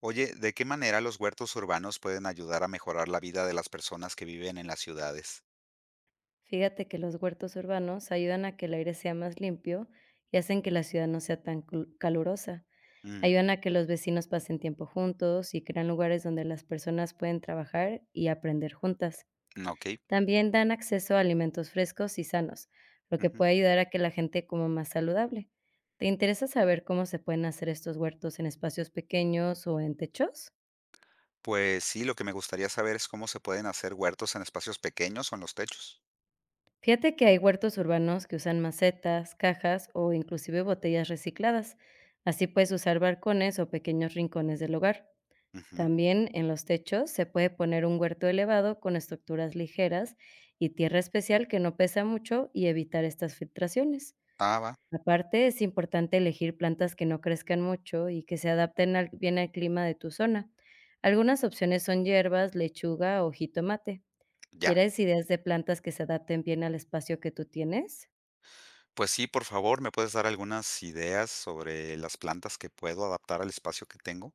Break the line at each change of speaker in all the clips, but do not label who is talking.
Oye, ¿de qué manera los huertos urbanos pueden ayudar a mejorar la vida de las personas que viven en las ciudades?
Fíjate que los huertos urbanos ayudan a que el aire sea más limpio y hacen que la ciudad no sea tan calurosa.
Mm,
Ayudan a que los vecinos pasen tiempo juntos y crean lugares donde las personas pueden trabajar y aprender juntas.
ok.
También dan acceso a alimentos frescos y sanos, lo que
Ujú.
puede ayudar a que la gente coma más saludable. ¿Te interesa saber cómo se pueden hacer estos huertos en espacios pequeños o en techos?
Pues sí, lo que me gustaría saber es cómo se pueden hacer huertos en espacios pequeños o en los techos.
Fíjate que hay huertos urbanos que usan macetas, cajas o inclusive botellas recicladas. Así puedes usar balcones o pequeños rincones del hogar.
Ujú.
También en los techos se puede poner un huerto elevado con estructuras ligeras y tierra especial que no pesa mucho y evitar estas filtraciones.
Ah, va.
Aparte, es importante elegir plantas que no crezcan mucho y que se adapten bien al clima de tu zona. Algunas opciones son hierbas, lechuga o jitomate.
Ya.
¿Quieres ideas de plantas que se adapten bien al espacio que tú tienes?
Pues sí, por favor, ¿me puedes dar algunas ideas sobre las plantas que puedo adaptar al espacio que tengo?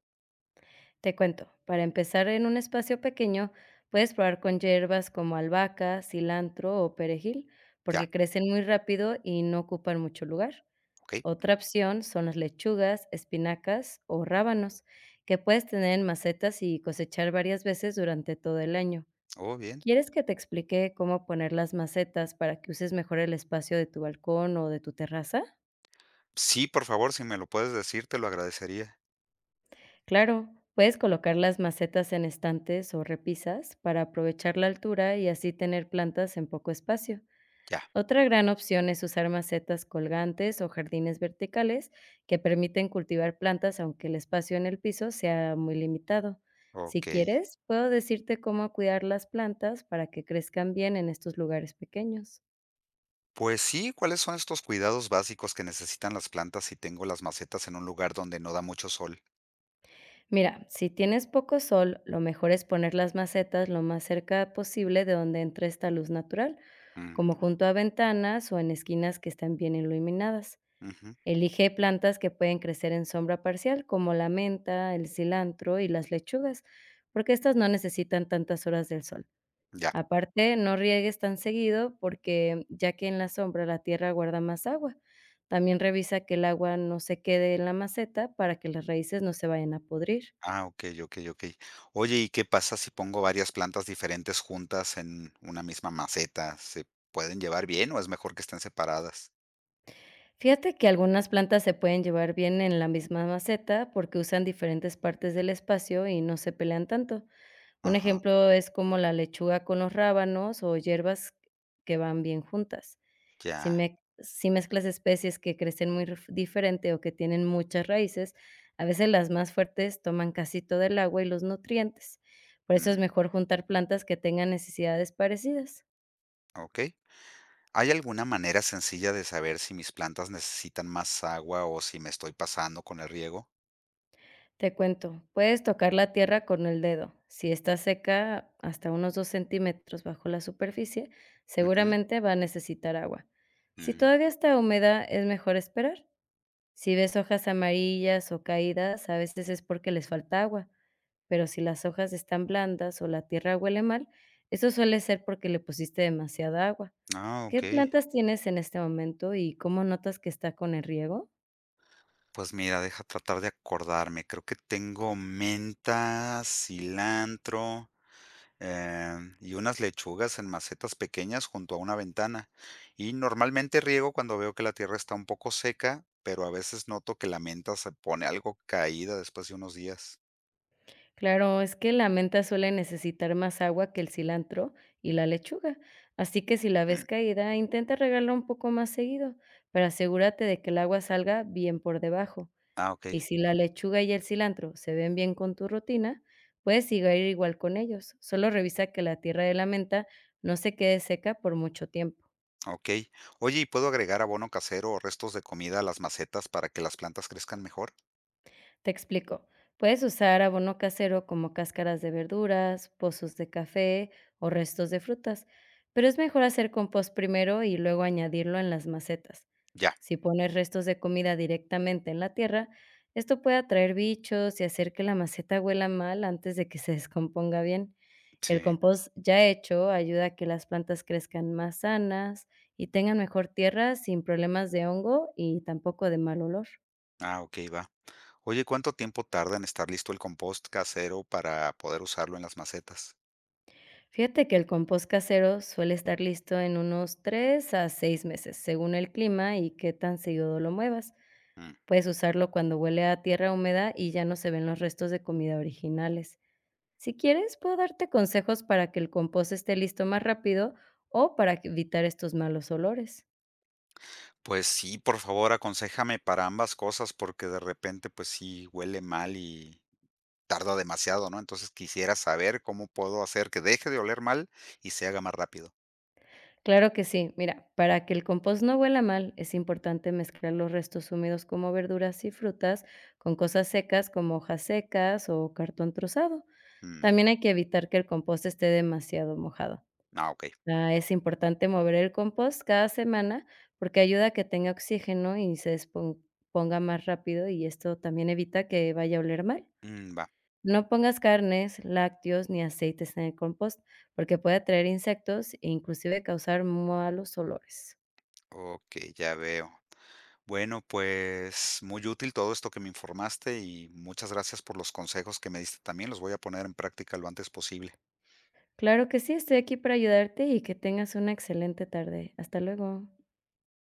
Te cuento, para empezar en un espacio pequeño, puedes probar con hierbas como albahaca, cilantro o perejil,
Ya,
porque crecen muy rápido y no ocupan mucho lugar.
ok.
Otra opción son las lechugas, espinacas o rábanos, que puedes tener en macetas y cosechar varias veces durante todo el año.
Oh, bien.
¿Quieres que te explique cómo poner las macetas para que uses mejor el espacio de tu balcón o de tu terraza?
Sí, por favor, si me lo puedes decir, te lo agradecería.
Claro, puedes colocar las macetas en estantes o repisas para aprovechar la altura y así tener plantas en poco espacio.
Ya,
Otra gran opción es usar macetas colgantes o jardines verticales que permiten cultivar plantas aunque el espacio en el piso sea muy limitado. Si
ok.
quieres, puedo decirte cómo cuidar las plantas para que crezcan bien en estos lugares pequeños.
Pues sí, ¿cuáles son estos cuidados básicos que necesitan las plantas si tengo las macetas en un lugar donde no da mucho sol?
Mira, si tienes poco sol, lo mejor es poner las macetas lo más cerca posible de donde entre esta luz natural, como
Mm,
junto a ventanas o en esquinas que están bien iluminadas.
ujú,
Elige plantas que pueden crecer en sombra parcial, como la menta, el cilantro y las lechugas, porque estas no necesitan tantas horas del sol.
ya.
Aparte, no riegues tan seguido porque ya que en la sombra la tierra guarda más agua. También revisa que el agua no se quede en la maceta para que las raíces no se vayan a podrir.
Ah, ok, ok, ok. Oye, ¿y qué pasa si pongo varias plantas diferentes juntas en una misma maceta? ¿Se pueden llevar bien o es mejor que estén separadas?
Fíjate que algunas plantas se pueden llevar bien en la misma maceta porque usan diferentes partes del espacio y no se pelean tanto. Un
Ajá,
ejemplo es como la lechuga con los rábanos o hierbas que van bien juntas. Si,
ya.
si mezclas especies que crecen muy diferente o que tienen muchas raíces, a veces las más fuertes toman casi todo el agua y los nutrientes. Por eso es
Mm,
mejor juntar plantas que tengan necesidades parecidas.
ok. ¿Hay alguna manera sencilla de saber si mis plantas necesitan más agua o si me estoy pasando con el riego?
Te cuento, puedes tocar la tierra con el dedo. Si está seca hasta unos 2 centímetros bajo la superficie,
Ujú.
seguramente va a necesitar agua. Si
Mm.
todavía está húmeda, es mejor esperar. Si ves hojas amarillas o caídas, a veces es porque les falta agua, pero si las hojas están blandas o la tierra huele mal, eso suele ser porque le pusiste demasiada agua.
Ah,
¿Qué
ok.
plantas tienes en este momento y cómo notas que está con el riego?
Pues mira, deja tratar de acordarme. Creo que tengo menta, cilantro, y unas lechugas en macetas pequeñas junto a una ventana. Y normalmente riego cuando veo que la tierra está un poco seca, pero a veces noto que la menta se pone algo caída después de unos días.
Claro, es que la menta suele necesitar más agua que el cilantro y la lechuga, así que si la ves
Mm.
caída, intenta regarla un poco más seguido, pero asegúrate de que el agua salga bien por debajo.
Ah, ok,
Y si la lechuga y el cilantro se ven bien con tu rutina, puedes seguir igual con ellos. Solo revisa que la tierra de la menta no se quede seca por mucho tiempo.
ok. Oye, ¿y puedo agregar abono casero o restos de comida a las macetas para que las plantas crezcan mejor?
Te explico. Puedes usar abono casero como cáscaras de verduras, pozos de café o restos de frutas, pero es mejor hacer compost primero y luego añadirlo en las macetas.
Ya,
Si pones restos de comida directamente en la tierra, esto puede atraer bichos y hacer que la maceta huela mal antes de que se descomponga bien. El
sí.
compost ya hecho ayuda a que las plantas crezcan más sanas y tengan mejor tierra sin problemas de hongo y tampoco de mal olor.
Ah, ok, va. Oye, ¿cuánto tiempo tarda en estar listo el compost casero para poder usarlo en las macetas?
Fíjate que el compost casero suele estar listo en unos 3 a 6 meses, según el clima y qué tan seguido lo muevas.
Mm,
Puedes usarlo cuando huele a tierra húmeda y ya no se ven los restos de comida originales. Si quieres, puedo darte consejos para que el compost esté listo más rápido o evitar estos malos olores.
Pues sí, por favor, aconséjame para ambas cosas porque de repente pues sí huele mal y tarda demasiado, ¿no? Entonces quisiera saber cómo puedo hacer que deje de oler mal y se haga más rápido.
Claro que sí. Mira, para que el compost no huela mal, es importante mezclar los restos húmedos como verduras y frutas con cosas secas como hojas secas o cartón trozado.
Mm.
También hay que evitar que el compost esté demasiado mojado.
Ah, ok.
Ah, es importante mover el compost cada semana porque ayuda a que tenga oxígeno y se desponga más rápido y esto también evita que vaya a oler mal.
Mm, va.
No pongas carnes, lácteos ni aceites en el compost, porque puede atraer insectos e inclusive causar malos olores.
Ok, ya veo. Bueno, pues muy útil todo esto que me informaste y muchas gracias por los consejos que me diste también. Los voy a poner en práctica lo antes posible.
Claro que sí, estoy aquí para ayudarte y que tengas una excelente tarde. Hasta luego.